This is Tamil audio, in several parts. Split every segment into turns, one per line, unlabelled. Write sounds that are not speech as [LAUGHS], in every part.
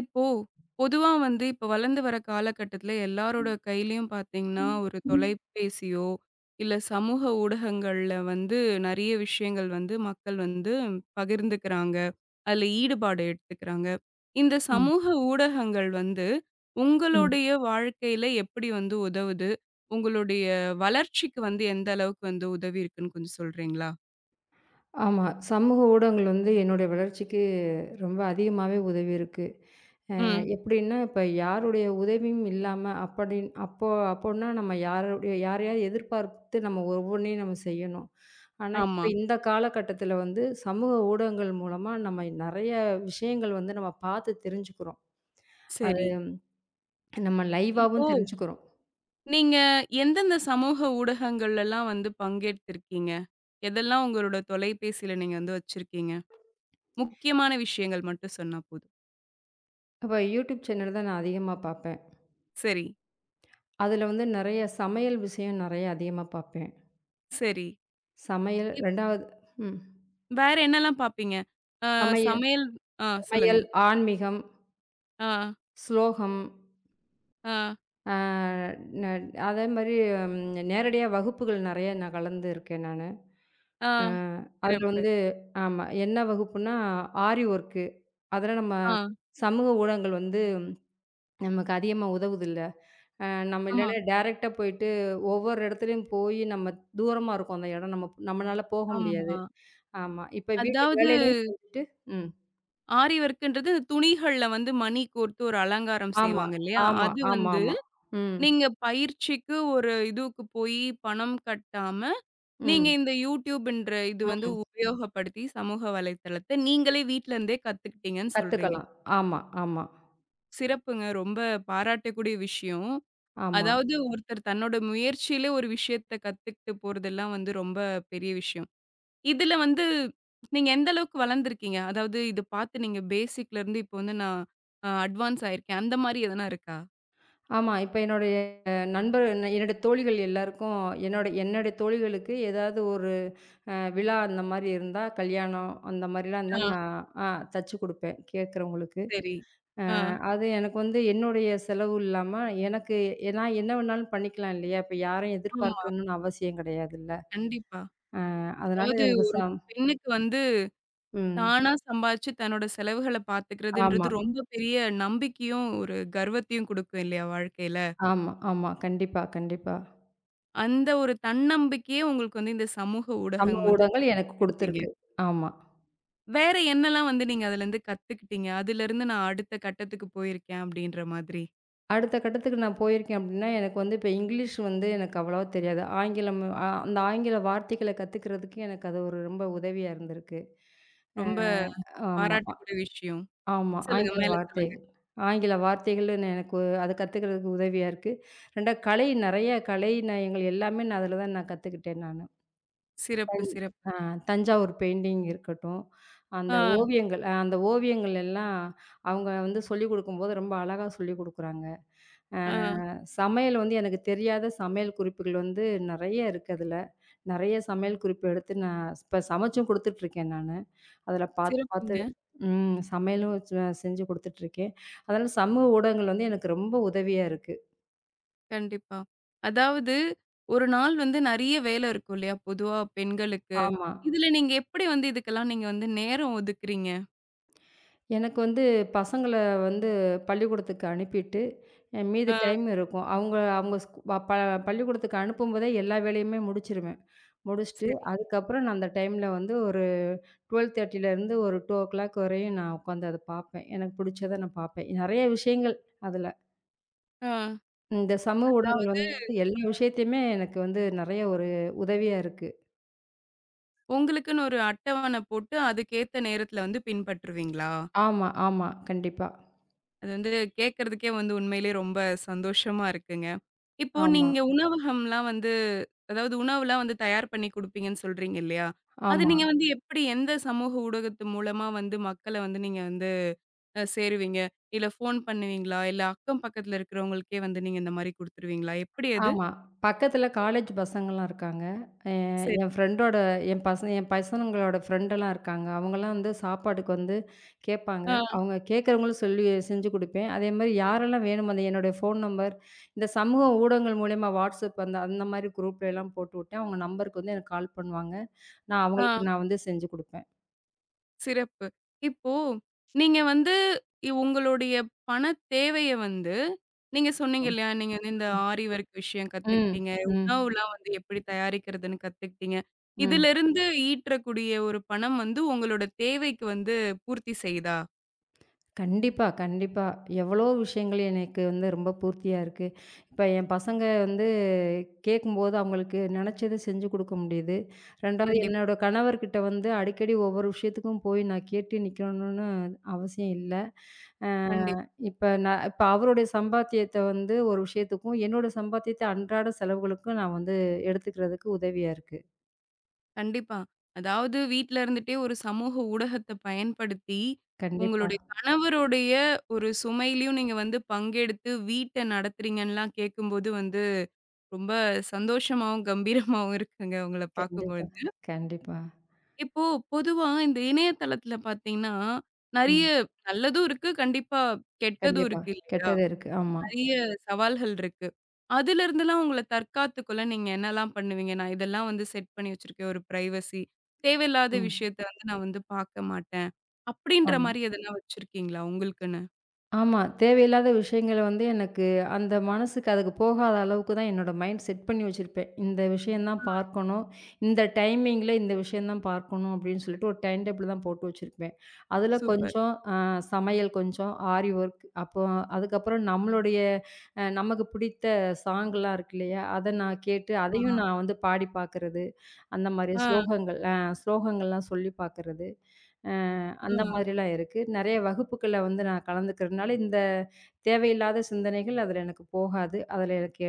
இப்போ, பொதுவா வந்து இப்ப வளர்ந்து வர காலகட்டத்தில எல்லாரோட கையிலயும் பார்த்தீங்கன்னா, ஒரு தொலைபேசியோ, இல்ல சமூக ஊடகங்கள்ல வந்து நெறைய விஷயங்கள் வந்து மக்கள் வந்து பகிர்ந்துக்கிறாங்க. அதில ஈடுபாடு எடுத்துக்கிறாங்க. இந்த
ஆம்.
சமூக ஊடகங்கள் வந்து
ம்.
உங்களுடைய வாழ்க்கையில எப்படி வந்து உதவுது? உங்களுடைய வளர்ச்சிக்கு வந்து எந்த அளவுக்கு வந்து உதவி இருக்குன்னு கொஞ்சம் சொல்றீங்களா?
ஆமா. சமூக ஊடகங்கள் வந்து என்னுடைய வளர்ச்சிக்கு ரொம்ப அதிகமாவே உதவி இருக்கு.
ம்.
எப்படின்னா, இப்ப யாருடைய உதவியும் இல்லாம அப்படின் அப்போ அப்போன்னா நம்ம யாரையாவது எதிர்பார்த்து நம்ம ஒவ்வொன்னையும் நம்ம செய்யணும். ஆனா, இப்ப
ஆமா.
இந்த காலகட்டத்தில வந்து சமூக ஊடகங்கள் மூலமா நம்ம நெறைய விஷயங்கள் வந்து நம்ம பார்த்து தெரிஞ்சுக்கிறோம். அது
சரி.
நம்ம
இப்
லைவாவும் தெரிஞ்சுக்கிறோம்.
நீங்க எந்தெந்த சமூக ஊடகங்கள்லலாம் வந்து பங்கேற்றிருக்கீங்க? எதெல்லாம் உங்களோட தொலைபேசியில நீங்க வந்து வச்சிருக்கீங்க? முக்கியமான விஷயங்கள் மட்டும் சொன்னா போதும்.
இப்ப யூடியூப் சேனல் தான் நான் அதிகமா பார்ப்பேன்.
சரி,
அதில வந்து நெறைய சமையல் விஷயம் நெறைய அதிகமா பார்ப்பேன்.
சரி.
சமையல்
இப்
2வது. ம்.
வேற என்னலாம் பார்ப்பீங்க? அ
சமைய
சமையல் ஆ சொல்லுங்க.
சமையல், ஆன்மீகம்,
ஆ,
ஸ்லோகம்,
ஆ,
அ ந அதே மாரி நேரடியா வகுப்புகள் நெறைய நான் கலந்து இருக்கேன் நானு.
ஆ.
அ அதுல
சிறப்பு.
வந்து ஆமா. என்ன வகுப்புன்னா, ஆரி ஒர்க்கு. அதெல்லாம் நம்ம
ஆ,
சமூக ஊடகங்கள் வந்து நமக்கு அதிகமா உதவுதுல்ல. அ நம்ம
ஆமா,
இல்லன்னா டைரக்ட்டா போயிட்டு ஒவ்வொரு இடத்துலயும் போய் நம்ம தூரமா இருக்கும் அந்த இடம். நம்ம நம்மனால போக முடியாது.
ஆமா.
ஆமா. இப்ப வீட்டு
அதாவது
வேலையிலயும் செஞ்சுட்டு. ம்.
ஆரி ஒர்க்ன்றது துணிகள்ல வந்து மணி கோர்த்து ஒரு அலங்காரம்
ஆமா,
செய்வாங்க இல்லையா?
ஆமா,
அது வந்து
ஆமாமா. ம்.
நீங்க பயிற்சிக்கு ஒரு இதுக்கு போயி பணம் கட்டாம நீங்க
ம்,
இந்த யூடியூப்ன்ற இது வந்து
ம்.
உபயோகப்படுத்தி சமூக வலைத்தளத்த நீங்களே வீட்ல இருந்தே கத்துக்கிட்டீங்கன்னு சொல்றீங்க.
கத்துக்கலாம். ஆமா, ஆமா,
சிறப்புங்க. ரொம்ப பாராட்டக்கூடிய விஷயம்.
ஆமா,
அதாவது ஒருத்தர் தன்னோட முயற்சியிலே ஒரு விஷயத்த கத்துக்கிட்டு போறதெல்லாம் வந்து ரொம்ப பெரிய விஷயம். இதுல வந்து நீங்க எந்த அளவுக்கு வளர்ந்துருக்கீங்க? அதாவது இது பார்த்து நீங்க பேசிக்ல இருந்து இப்போ வந்து நான் அ அட்வான்ஸ் ஆயிருக்கேன். அந்த மாரி எதனா இருக்கா?
ஆமா. இப்ப என்னுடைய நண்பர் என்னுடைய தோழிகள் எல்லாருக்கும் என்னுடைய தோழிகளுக்கு ஏதாவது ஒரு விழா அந்த மாரி இருந்தா, கல்யாணம் அந்த மாரிலாம் இருந்தா
ஆ
நான் ஆ தச்சு குடுப்பேன், கேட்கிறவங்களுக்கு.
சரி. ஆ
அது எனக்கு வந்து என்னுடைய செலவு இல்லாம எனக்கு நான் என்ன வேணாலும் பண்ணிக்கலாம் இல்லையா? இப்ப யாரையும்
ஆமா.
எதிர்பார்க்கணும்னு அவசியம் கிடையாதுல்ல.
கண்டிப்பா.
அதனால
அதாவது
இது எனக்கு
ஒரு பெண்ணுக்கு வந்து
ம்.
தானா சம்பாதிச்சு தன்னோட செலவுகள
ஆமா,
பார்த்துக்கிறதுன்றது ரொம்ப பெரிய நம்பிக்கையும், ஒரு கர்வத்தையும் குடுக்கும் இல்லையா வாழ்க்கையில.
ஆமா, ஆமா. கண்டிப்பா, கண்டிப்பா.
அந்த ஒரு தன்னம்பிக்கையே உங்களுக்கு வந்து இந்த சமூக
சமூக
ஊடகம் வந்து
ஊடகங்கள் எனக்கு
குடுத்துருக்குன்றீங்க.
குடுத்திருக்கு. ஆமா.
வேற என்னலாம் வந்து நீங்க அதுலருந்து கத்துக்கிட்டீங்க? அதுலருந்து நான் அடுத்த கட்டத்துக்கு போயிருக்கேன் அப்படின்ற மாதிரி.
அடுத்த கட்டத்துக்கு நான் போயிருக்கேன் அப்படின்னா, எனக்கு வந்து இப்ப இங்கிலீஷ் வந்து எனக்கு அவ்வளவா தெரியாது. ஆங்கிலம், அந்த ஆங்கில வார்த்தைகள கத்துக்கிறதுக்கு எனக்கு அது ஒரு ரொம்ப உதவியா இருந்திருக்கு. அ
ரொம்ப
ஆமா,
பாராட்டக்கூடிய விஷயம்.
ஆமா.
சொல்லுங்க.
ஆங்கில
மேல சொல்லுங்க.
வார்த்தைகள். ஆங்கில வார்த்தைகள் நான் எனக்கு அது கத்துக்கிறதுக்கு உதவியா இருக்கு. 2 கலை நெறைய கலை நயங்கள் எல்லாமே நான் அதில தான் நான் கத்துக்கிட்டேன் நானு.
சிறப்பு,
தஞ்
சிறப்பு.
அ தஞ்சாவூர் பெயிண்டிங் இருக்கட்டும், அந்த
ஆ,
ஓவியங்கள் அந்த ஓவியங்கள் எல்லாம் அவங்க வந்து சொல்லிக் குடுக்கும்போது ரொம்ப அழகா சொல்லிக் குடுக்குறாங்க. அ
ஆ.
சமையல் வந்து எனக்கு தெரியாத சமையல் குறிப்புகள் வந்து நெறைய இருக்கு அதுல. நெறைய சமையல் குறிப்பு எடுத்து நான் இப்ப சமைச்சும் குடுத்துட்டுருக்கேன் நானு. அதுல பாத்து பாத்து,
சிறப்புங்க.
சமையலும் செஞ்சு குடுத்துட்டுருக்கேன். அதனால சமூக ஊடகங்கள் வந்து எனக்கு ரொம்ப உதவியா இருக்கு.
கண்டிப்பா. அதாவது ஒரு நாள் வந்து நெறைய வேலை இருக்கும் இல்லையா? பொதுவா பெண்களுக்கு.
ஆமா.
இதுல நீங்க எப்படி வந்து இதுக்கெல்லாம் நீங்க வந்து நேரம் ஒதுக்குறீங்க?
எனக்கு வந்து பசங்கள வந்து பள்ளிக்கூடத்துக்கு அனுப்பிட்டு, மீதி
ஆ.
டைம் இருக்கும். அவங்க அவங்க பள்ளிக்கூடத்துக்கு அனுப்பும்போதே எல்லா வேலையுமே முடிச்சுருவேன். முடிச்சுட்டு
சரி.
அதுக்கப்புறம் நான் அந்த டைம்ல வந்து 12:30 இருந்து ஒரு 2:00 வரையும் நான் உட்காந்து அத பார்ப்பேன். எனக்கு பிடிச்சத நான் பார்ப்பேன். நெறைய விஷயங்கள் அதுல.
ஆ.
இந்த சமூக ஊடகங்கள்
அதாவது
வந்து எல்லா விஷயத்தையுமே எனக்கு வந்து நெறைய ஒரு உதவியா இருக்கு.
உங்களுக்குன்னு ஒரு அட்டவணை போட்டு அதுக்கேத்த நேரத்துல வந்து பின்பற்றுவீங்களா?
ஆமா, ஆமா. கண்டிப்பா.
அது வந்து கேட்கறதுக்கே வந்து உண்மையிலேயே ரொம்ப சந்தோஷமா இருக்குங்க. இப்போ
ஆமா,
நீங்க உணவகம்லாம் வந்து அதாவது உணவுலாம் வந்து தயார் பண்ணி குடுப்பீங்கன்னு சொல்றீங்க இல்லையா? அது
ஆமா.
நீங்க வந்து எப்படி எந்த சமூக ஊடகத்து மூலமா வந்து மக்கள வந்து நீங்க வந்து அ சேருவீங்க? இல்ல ஃபோன் பண்ணுவீங்களா? இல்ல அக்கம் பக்கத்துல இருக்கிறவங்களுக்கே வந்து நீங்க இந்த மாரி குடுத்துருவீங்களா? எப்படி அது?
ஆமா. பக்கத்துல காலேஜ் பசங்கலாம் இருக்காங்க. அ
சரி.
என் ஃப்ரெண்டோட என் பசங்க என் பசங்களோட ஃப்ரெண்டெல்லாம் இருக்காங்க. அவங்கலாம் வந்து சாப்பாட்டுக்கு வந்து கேட்பாங்க.
ஆ,
அவங்க கேட்கறவங்களும் சொல்லி செஞ்சு குடுப்பேன். அதேமாரி யாரெல்லாம் வேணுமோ அந்த என்னுடைய ஃபோன் நம்பர், இந்த சமூக ஊடகங்கள் மூலியமா WhatsApp அந்த அந்த மாரி குரூப்லலாம் போட்டுவுட்டேன். அவங்க நம்பருக்கு வந்து எனக்கு கால் பண்ணுவாங்க. நான்
ஆ
அவங்களுக்கு நான் வந்து செஞ்சு குடுப்பேன்.
சிறப்பு. இப்போ நீங்க வந்து உங்களுடைய பணத் தேவைய வந்து நீங்க சொன்னீங்க
ம்.
இல்லையா? நீங்க வந்து இந்த ஆரி ஒர்க் விஷயம்
ம்.
கத்துக்கிட்டீங்க.
ம்.
உணவுலாம் வந்து எப்படி தயாரிக்கிறதுன்னு கத்துக்கிட்டீங்க.
ம்.
இதிலிருந்து ஈற்றக்கூடிய ஒரு பணம் வந்து உங்களோட தேவைக்கு வந்து பூர்த்தி செய்தா?
கண்டிப்பா, கண்டிப்பா. எவ்வளோ விஷயங்கள் எனக்கு வந்து ரொம்ப பூர்த்தியா இருக்கு. இப்ப என் பசங்க வந்து கேட்கும்போது அவங்களுக்கு நெனச்சத செஞ்சு குடுக்க முடியுது. 2வது
கண்டிப்பா,
என்னோட கணவர்கிட்ட வந்து அடிக்கடி ஒவ்வொரு விஷயத்துக்கும் போய் நான் கேட்டு நிக்கணும்னு அவசியம் இல்ல. அ
கண்டிப்பா.
இப்ப அவருடைய சம்பாத்தியத்த வந்து ஒரு விஷயத்துக்கும், என்னோட சம்பாத்தியத்த அன்றாட செலவுகளுக்கும் நான் வந்து எடுத்துக்கிறதுக்கு உதவியா இருக்கு.
கண்டிப்பா. அதாவது வீட்ல இருந்துட்டே ஒரு சமூக ஊடகத்த பயன்படுத்தி,
கண்டிப்பா,
உங்களுடைய கணவருடைய ஒரு சுமையிலயும் நீங்க வந்து பங்கெடுத்து வீட்ட நடத்துறீங்கன்லாம் கேட்கும்போது வந்து, ரொம்ப சந்தோஷமாவும், கம்பீரமாவும் இருக்குங்க உங்கள
கண்டிப்பா,
பார்க்கும்பொழுது.
கண்டிப்பா.
இப்போ பொதுவா இந்த இணையதளத்துல பார்த்தீங்கன்னா, நெறைய
ம்.
நல்லதும் இருக்கு, கண்டிப்பா கெட்டதும்
கண்டிப்பா.
இருக்கு இல்லையா?
கெட்டது இருக்கு. ஆமா.
நிறைய சவால்கள் இருக்கு. அதுலருந்துலாம் உங்கள தற்காத்துக்கொள்ள நீங்க என்னலாம் பண்ணுவீங்க? நான் இதெல்லாம் வந்து செட் பண்ணி வச்சிருக்கேன். ஒரு பிரைவசி. தேவையில்லாத
ம்.
விஷயத்த வந்து நான் வந்து பார்க்க மாட்டேன். அப்படின்ற
ஆமா.
மாரி எதனா வச்சிருக்கீங்களா உங்களுக்குன்னு?
ஆமா. தேவையில்லாத விஷயங்கள வந்து எனக்கு அந்த மனசுக்கு அதுக்கு போகாத அளவுக்கு தான் என்னோட மைண்ட் செட் பண்ணி வச்சிருப்பேன். இந்த விஷயம் தான்
ஆ.
பார்க்கணும். இந்த டைமிங்கில இந்த விஷயம் தான் பார்க்கணும் அப்படின்னு சொல்லிட்டு ஒரு டைம் டேபிள் தான் போட்டு வச்சிருப்பேன். அதுல
சூப்பர்.
கொஞ்சம், சமையல் கொஞ்சம், ஆரி ஒர்க் அப்போ அதுக்கப்புறம் நம்மளுடைய, நமக்கு பிடித்த சாங்லாம் இருக்கு இல்லையா? அத நான் கேட்டு
ஆமா.
அதையும் நான் வந்து பாடி பார்க்கறது. அந்த மாரி
ஆ,
ஸ்லோகங்கள்லாம் சொல்லி பார்க்கறது. அ
ஆ,
அந்த மாதிரிலாம் இருக்கு. நெறைய வகுப்புகள்ல வந்து நான் கலந்துக்கிறதுனால, இந்த தேவையில்லாத சிந்தனைகள் அதில எனக்கு போகாது. அதில எனக்கு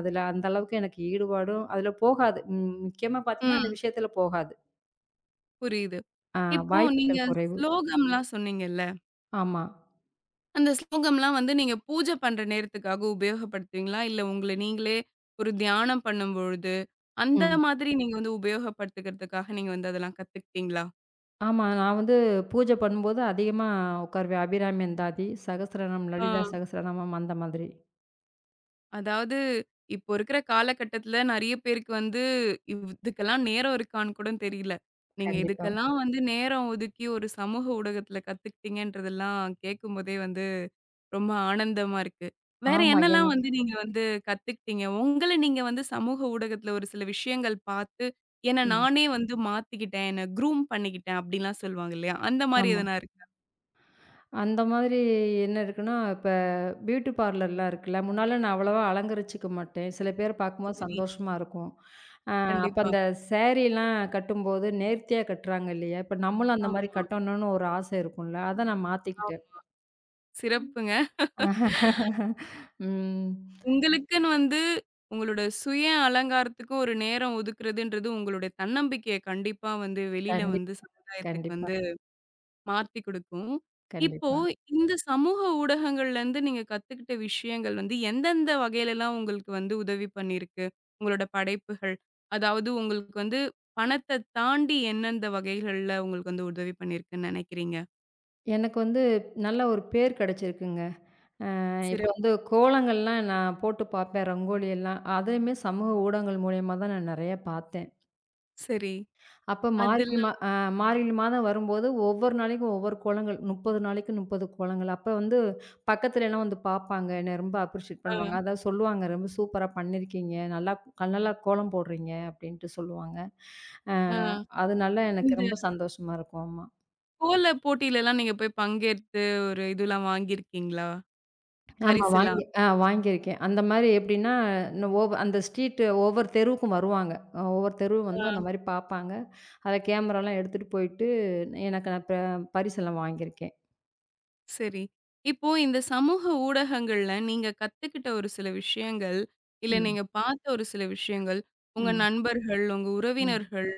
அதில அந்த அளவுக்கு எனக்கு ஈடுபாடும் அதில போகாது. ம், முக்கியமா பார்த்தீங்கன்னா, அந்த
ம்.
விஷயத்தில போகாது.
புரியுது.
ஆ
இப்போ நீங்க
வாய்ப்புகள் குறைவு.
ஸ்லோகம்லாம் சொன்னீங்கல்ல.
ஆமா.
அந்த ஸ்லோகம்லாம் வந்து நீங்க பூஜை பண்ற நேரத்துக்காக உபயோகப்படுத்துவீங்களா? இல்ல உங்கள நீங்களே ஒரு தியானம் பண்ணும்பொழுது, அந்த
ம்.
மாதிரி நீங்க வந்து உபயோகப்படுத்துக்கிறதுக்காக நீங்க வந்து அதெல்லாம் கத்துக்கிட்டீங்களா?
ஆமா. நான் வந்து பூஜை பண்ணும்போது அதிகமா உட்காருவேன். அபிராமி அந்தாதி, சகஸ்ரநாமம்,
ஆ.
லலிதா சகஸ்ரநாமம் அந்த மாதிரி.
அதாவது, இப்போ இருக்கிற காலகட்டத்தில நெறைய பேருக்கு வந்து, இதுக்கெல்லாம் நேரம் இருக்கான்னு கூட தெரியல. நீங்க
கண்டிப்பா.
இதுக்கெல்லாம் வந்து நேரம் ஒதுக்கி ஒரு சமூக ஊடகத்தில கத்துக்கிட்டீங்கன்றதெல்லாம் கேட்கும்போதே வந்து ரொம்ப ஆனந்தமா இருக்கு. வேற
ஆமா.
என்னலாம்
எனக்கு.
வந்து நீங்க வந்து கத்துக்கிட்டீங்க? உங்கள நீங்க வந்து சமூக ஊடகத்தில ஒரு சில விஷயங்கள் பார்த்து, "என்ன
ம்.
நானே வந்து மாத்திக்கிட்டேன். என்ன க்ரூம் பண்ணிக்கிட்டேன்." அப்படிலாம் சொல்லுவாங்க இல்லையா? அந்த மாரி
ஆமா.
எதனா இருக்கா?
அந்த மாதிரி என்ன இருக்குன்னா, இப்ப பியூட்டி பார்லர்லாம் இருக்குல்ல, முன்னால நான் அவ்வளவா அலங்கரிச்சுக்க மாட்டேன். சில பேர பார்க்கும்போது
சரி.
சந்தோஷமா இருக்கும். அ அப்ப
கண்டிப்பா.
அந்த சாரீலாம் கட்டும்போது நேர்த்தியா கட்டுறாங்க இல்லையா? இப்ப நம்மளும் அந்த
ஆமா,
மாரி கட்டணும்னு ஒரு ஆசை இருக்கும்ல, அத நான் மாத்திக்கிட்டேன்.
ஆமா. சிறப்புங்க.
[LAUGHS] ம்.
உங்களுக்குன்னு வந்து உங்களோட சுய அலங்காரத்துக்கு ஒரு நேரம் ஒதுக்குறதுன்றது உங்களுடைய தன்னம்பிக்கைய கண்டிப்பா வந்து வெளியில
கண்டிப்
வந்து சமுதாயத்துக்கு
கண்டிப்பா,
வந்து மாத்தி குடுக்கும். இப்போ
கண்டிப்பா.
இந்த சமூக ஊடகங்கள்லேருந்து நீங்க கத்துக்கிட்ட விஷயங்கள் வந்து எந்தெந்த வகையிலலாம் உங்களுக்கு வந்து உதவி பண்ணியிருக்கு? உங்களோட படைப்புகள். அதாவது உங்களுக்கு வந்து பணத்த தாண்டி எந்தெந்த வகைகள்ல உங்களுக்கு வந்து உதவி பண்ணியிருக்குன்னு நினைக்கிறீங்க?
எனக்கு வந்து நல்ல ஒரு பேர் கிடைச்சிருக்குங்க. இப்ப வந்து
சிறப்பு.
கோலங்கள்லாம் நான் போட்டு பார்ப்பேன், ரங்கோலி எல்லாம். அதையுமே சமூக ஊடகங்கள் மூலியமா தான் நான் நெறைய பார்த்தேன்.
சரி.
அப்ப மார்கழி மா
அதெல்லாம்
அ மார்கழி மாதம் வரும்போது ஒவ்வொரு நாளைக்கும் ஒவ்வொரு கோலங்கள். 30 நாளைக்கு 30 கோலங்கள். அப்ப வந்து பக்கத்துலலாம் வந்து பார்ப்பாங்க. என்ன ரொம்ப அப்ரிஷியேட்
ஆ,
பண்ணுவாங்க. அதாவது சொல்லுவாங்க, "ரொம்ப சூப்பரா பண்ணியிருக்கீங்க. நல்லா நல்லா கோலம் போடுறீங்க." அப்படின்ட்டு சொல்லுவாங்க. அ
ஆ.
அதனால எனக்கு
இந்த
ரொம்ப சந்தோஷமா இருக்கும். ஆமா.
கோல போட்டியிலலாம் நீங்க போய் பங்கேற்று ஒரு இதுலாம் வாங்கியிருக்கீங்களா?
ஆமா.
பரிசுலாம்?
வாங்கியிருக்கேன். அந்த மாரி எப்படின்னா, ந ஓவ் அந்த ஸ்ட்ரீட் ஒவ்வொரு தெருவுக்கும் வருவாங்க. ஒவ்வொரு தெருவு
ஆ
வந்து அந்த மாரி பார்ப்பாங்க. அத கேமராலாம் எடுத்துட்டு போயிட்டு எனக்கு நான் பரிசெல்லாம் வாங்கியிருக்கேன்.
சரி. இப்போ இந்த சமூக ஊடகங்கள்ல நீங்க கத்துக்கிட்ட ஒரு சில விஷயங்கள், இல்ல
ம்.
நீங்க பார்த்த ஒரு சில விஷயங்கள், உங்க
ம்,
நண்பர்கள், உங்க
ம்,
உறவினர்கள்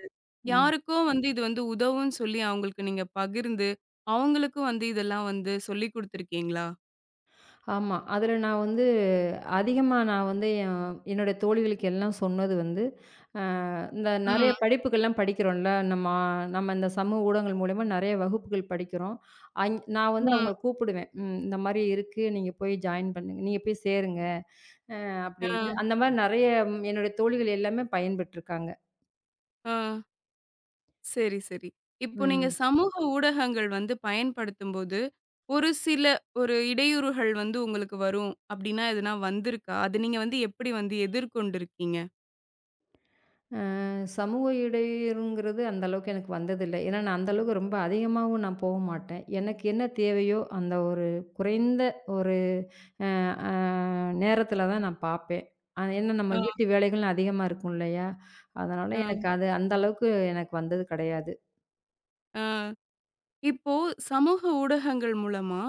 ம்.
யாருக்கோ வந்து இது வந்து உதவும்ன்னு சொல்லி அவங்களுக்கு நீங்க பகிர்ந்து, அவங்களுக்கும் வந்து இதெல்லாம் வந்து சொல்லிக் குடுத்துருக்கீங்களா?
ஆமா. அதுல நான் வந்து அதிகமா நான் வந்து என்னோட தோழிகளுக்கு எல்லாம் சொன்னது வந்து, அ இந்த நெறைய
ம்,
படிப்புகள்லாம் படிக்கிறோம்ல. நம்ம நம்ம இந்த சமூக ஊடகங்கள் மூலியமா நெறைய வகுப்புகள் படிக்கிறோம். நான் வந்து
ம்.
அவங்கள கூப்பிடுவேன். ம், இந்த மாரி இருக்கு. நீங்க போய் ஜாயின் பண்ணுங்க. நீங்க போய் சேருங்க
ஆ,
அப்டின்ட்டு. அந்த மாரி நெறைய என்னுடைய தோழிகள் எல்லாமே பயன்பெற்றிருக்காங்க.
ஆ. சரி, சரி. இப்போ நீங்க
ம்.
சமூக ஊடகங்கள் வந்து பயன்படுத்தும்போது, ஒரு சில ஒரு இடையூறுகள் வந்து உங்களுக்கு வரும். அப்டின்னா எதுனா வந்திருக்கா? அது நீங்க வந்து எப்படி வந்து எதிர்கொண்டிருக்கீங்க?
சமூக இடையூறுங்கிறது அந்த அளவுக்கு எனக்கு வந்ததில்ல. ஏன்னா, நான் அந்த அளவுக்கு ரொம்ப அதிகமாவும் நான் போக மாட்டேன். எனக்கு என்ன தேவையோ, அந்த ஒரு குறைந்த ஒரு அ அ நேரத்தில தான் நான் பார்ப்பேன். ஏன்னா நம்ம
அ,
வீட்டு வேலைகள் அதிகமா இருக்கும் இல்லையா? அதனால
அ,
எனக்கு அது அந்த அளவுக்கு எனக்கு வந்தது கிடையாது.
அ இப்போ சமூக ஊடகங்கள் மூலமா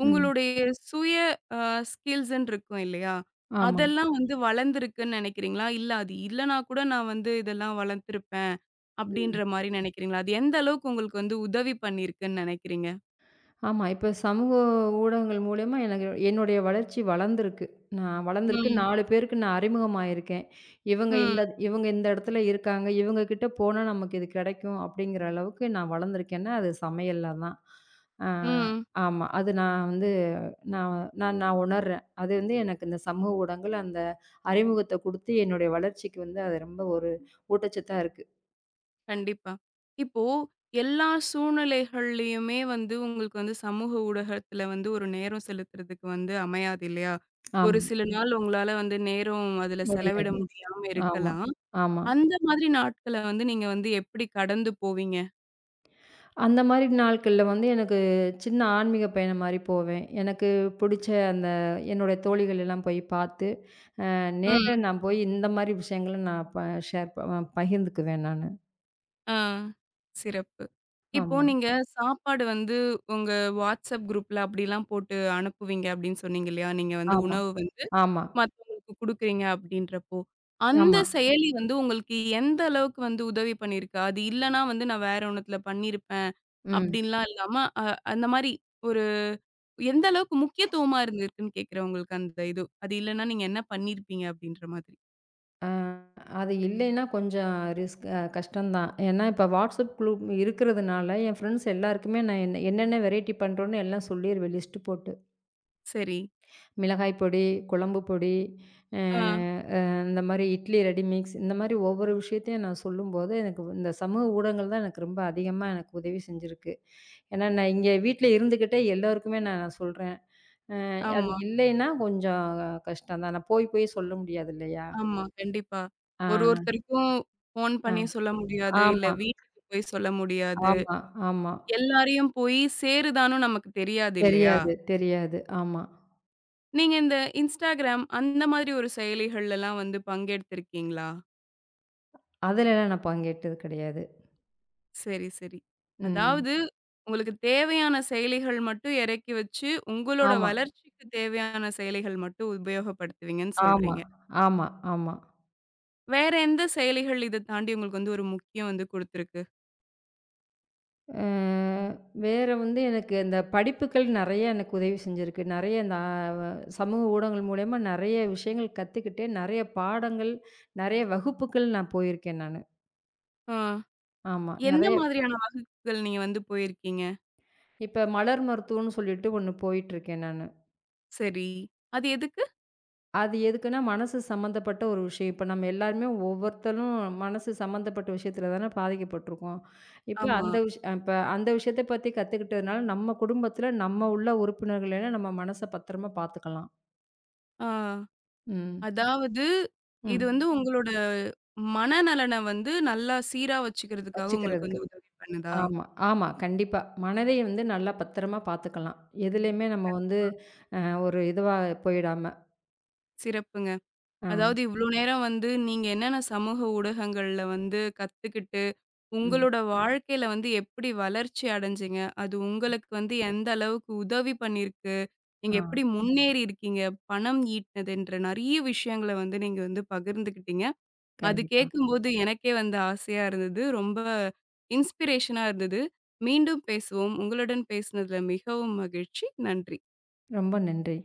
ம்.
உங்களுடைய சுய அ ஸ்கில்ஸ்ன்னு இருக்கும் இல்லையா?
ஆமா.
அதெல்லாம் வந்து வளர்ந்துருக்குன்னு நெனைக்கிறீங்களா? இல்ல அது இல்லனா கூட நான் வந்து இதெல்லாம் வளர்த்துருப்பேன்
ம்.
அப்டின்ற மாரி நெனைக்கிறீங்களா? அது எந்த அளவுக்கு உங்களுக்கு வந்து உதவி பண்ணியிருக்குன்னு நெனைக்கிறீங்க?
ஆமா. இப்ப சமூக ஊடகங்கள் மூலியமா எனக்கு என்னுடைய வளர்ச்சி வளர்ந்திருக்கு. நான் வளர்ந்திருக்கு
ம்,
4 பேருக்கு நான் அறிமுகமாயிருக்கேன். இவங்க
ம்,
இந்த இவங்க இந்த இடத்துல இருக்காங்க. இவங்க கிட்ட போனா நமக்கு இது கிடைக்கும் அப்படிங்கிற அளவுக்கு நான் வளர்ந்திருக்கேன்னா, அது சமையல்ல தான். ஆ.
ம்.
ஆமா. அது நான் வந்து நான் நான் நான் உணர்றேன். அது வந்து எனக்கு இந்த சமூக ஊடகங்கள் அந்த அறிமுகத்த குடுத்து என்னுடைய வளர்ச்சிக்கு வந்து அது ரொம்ப ஒரு ஊட்டச்சத்தா இருக்கு.
கண்டிப்பா. இப்போ எல்லா சூழ்நிலைகள்லயுமே வந்து உங்களுக்கு வந்து சமூக ஊடகத்துல வந்து ஒரு நேரம் செலுத்துறதுக்கு வந்து அமையாது இல்லையா? ஒரு
ஆமா.
சில நாள் உங்களால வந்து நேரம் அதுல செலவிட
முடியாது.
முடியாம
ஆமா,
இருக்கலாம். ம்.
ஆமா.
அந்த மாதிரி நாட்கள வந்து நீங்க வந்து எப்படி கடந்து போவீங்க?
அந்த மாரி நாட்கள்ல வந்து எனக்கு சின்ன ஆன்மீக பயணம் மாரி போவேன். எனக்கு புடிச்ச அந்த என்னோட தோழிகள் எல்லாம் போய் பார்த்து, நேரா
ம்.
நான் போய் இந்த மாரி விஷயங்கள நான் ஷேர் ப பகிர்ந்துக்குவேன் நானு.
ஆ. சிறப்பு. இப்போ
ஆமா,
நீங்க சாப்பாடு வந்து உங்க WhatsApp குரூப்ல அப்படிலாம் போட்டு அனுப்புவீங்க அப்படின்னு சொன்னீங்க இல்லையா? நீங்க வந்து
ஆமா,
உணவு வந்து
ஆமா,
மத்தவங்களுக்கு குடுக்குறீங்க அப்படின்றப்போ. அந்த
ஆமா.
செயலி வந்து உங்களுக்கு எந்த அளவுக்கு வந்து உதவி பண்ணியிருக்கு? அது இல்லன்னா வந்து நான் வேற ஒண்ணத்துல பண்ணியிருப்பேன்.
ம்.
அப்படின்லாம் இல்லாம அ அந்த மாரி ஒரு எந்த அளவுக்கு முக்கியத்துவமா இருந்திருக்குன்னு கேட்கிறேன் உங்களுக்கு அந்த இது. அது இல்லன்னா நீங்க என்ன பண்ணியிருப்பீங்க அப்படின்ற மாதிரி.
அ அது இல்லைன்னா கொஞ்சம் ரிஸ்க், கஷ்டம் தான். ஏன்னா இப்ப WhatsApp குரூப் இருக்கிறதுனால என் ஃப்ரெண்ட்ஸ் எல்லாருக்குமே நான் என்ன என்னென்ன வெரைட்டி பண்றோம்னு எல்லாம் சொல்லிருவேன் லிஸ்ட் போட்டு.
சரி.
மிளகாய் பொடி, குழம்பு பொடி, அ
ஆ.
அ இந்த மாரி இட்லி ரெடி மிக்ஸ் இந்த மாரி ஒவ்வொரு விஷயத்தையும் நான் சொல்லும்போது, எனக்கு இந்த சமூக ஊடகங்கள் தான் எனக்கு ரொம்ப அதிகமா எனக்கு உதவி செஞ்சிருக்கு. ஏன்னா, நான் இங்க வீட்ல இருந்துக்கிட்டே எல்லோருக்குமே நான் சொல்றேன். அ அது
ஆமா,
இல்லைன்னா கொஞ்சம் கஷ்டம் தான். நான் போய் போய் சொல்ல முடியாது இல்லையா?
ஆமா. கண்டிப்பா.
ஆ,
ஒருத்தருக்கும் ஃபோன்
ஆ.
பண்ணி சொல்ல முடியாது. இல்ல
ஆமா,
வீட்டுக்கு போய் சொல்ல முடியாது.
ஆமா, ஆமா.
எல்லாரையும் போய் சேருதான்னும் நமக்கு தெரியாது இல்லையா?
தெரியாது, தெரியாது. ஆமா.
நீங்க இந்த Instagram அந்த மாதிரி ஒரு செயலிகள்லலாம் வந்து பங்கெடுத்திருக்கீங்களா?
அதுலலாம் நான் பங்கேற்றது கிடையாது.
சரி, சரி.
ம்.
அதாவது உங்களுக்கு தேவையான செயலிகள் மட்டும் இறக்கி வச்சு, உங்களோட
ஆமா,
வளர்ச்சிக்கு தேவையான செயலிகள் மட்டும் உபயோகப்படுத்துவீங்கன்னு
ஆமா,
சொல்றீங்க.
ஆமா, ஆமா.
வேற எந்த செயலிகள் இத தாண்டி உங்களுக்கு வந்து ஒரு முக்கியம் வந்து குடுத்துருக்கு?
அ வேற வந்து எனக்கு அந்த படிப்புகள் நெறைய எனக்கு உதவி செஞ்சிருக்கு. நெறைய நான் சமூக ஊடகங்கள் மூலியமா நெறைய விஷயங்கள் கத்துக்கிட்டேன். நெறைய பாடங்கள், நெறைய வகுப்புகள் நான் போயிருக்கேன் நானு.
ஆ.
ஆமா.
எந்த
நெறைய.
மாதிரியான வகுப்புகள் நீங்க வந்து போயிருக்கீங்க?
இப்ப மலர் மருத்துவம்னு சொல்லிட்டு ஒண்ணு போயிட்டுருக்கேன் நானு.
சரி. அது எதுக்கு?
அது எதுக்குன்னா, மனசு சம்மந்தப்பட்ட ஒரு விஷயம். இப்ப நம்ம எல்லாருமே ஒவ்வொருத்தரும் மனசு சம்மந்தப்பட்ட விஷயத்துல தானே பாதிக்கப்பட்டுருக்கோம்.
ஆமா.
இப்ப அந்த விஷயத்த பத்தி கத்துக்கிட்டதுனால, நம்ம குடும்பத்துல நம்ம உள்ள உறுப்பினர்கள நம்ம மனச பத்திரமா பாத்துக்கலாம்.
ஆ.
ம்.
அதாவது, இது
ம்.
வந்து உங்களோட மனநலன வந்து நல்லா சீரா வச்சுக்கிறதுக்காக உங்களுக்கு
வச்சுக்கிறதுக்கு.
வந்து உதவி பண்ணுதா?
ஆமா, ஆமா. கண்டிப்பா. மனதை வந்து நல்லா பத்திரமா பார்த்துக்கலாம். எதுலயுமே நம்ம வந்து அ ஒரு இதுவா போயிடாம.
சிறப்புங்க.
ஆ,
அதாவது இவ்ளோ நேரம் வந்து நீங்க என்னென்ன சமூக ஊடகங்கள்ல வந்து கத்துக்கிட்டு,
ம்.
உங்களோட வாழ்க்கையில வந்து எப்படி வளர்ச்சி அடைஞ்சீங்க? அது உங்களுக்கு வந்து எந்த அளவுக்கு உதவி பண்ணியிருக்கு?
ஆ,
நீங்க எப்படி முன்னேறி இருக்கீங்க? பணம் ஈட்டினதுன்ற நெறைய விஷயங்கள வந்து நீங்க வந்து பகிர்ந்துக்கிட்டீங்க. அது
கண்டிப்பா.
கேட்கும்போது எனக்கே வந்து ஆசையா இருந்தது. ரொம்ப இன்ஸ்பிரேஷனா இருந்தது. மீண்டும் பேசுவோம். உங்களுடன் பேசினதுல மிகவும் மகிழ்ச்சி. நன்றி.
ரொம்ப நன்றி.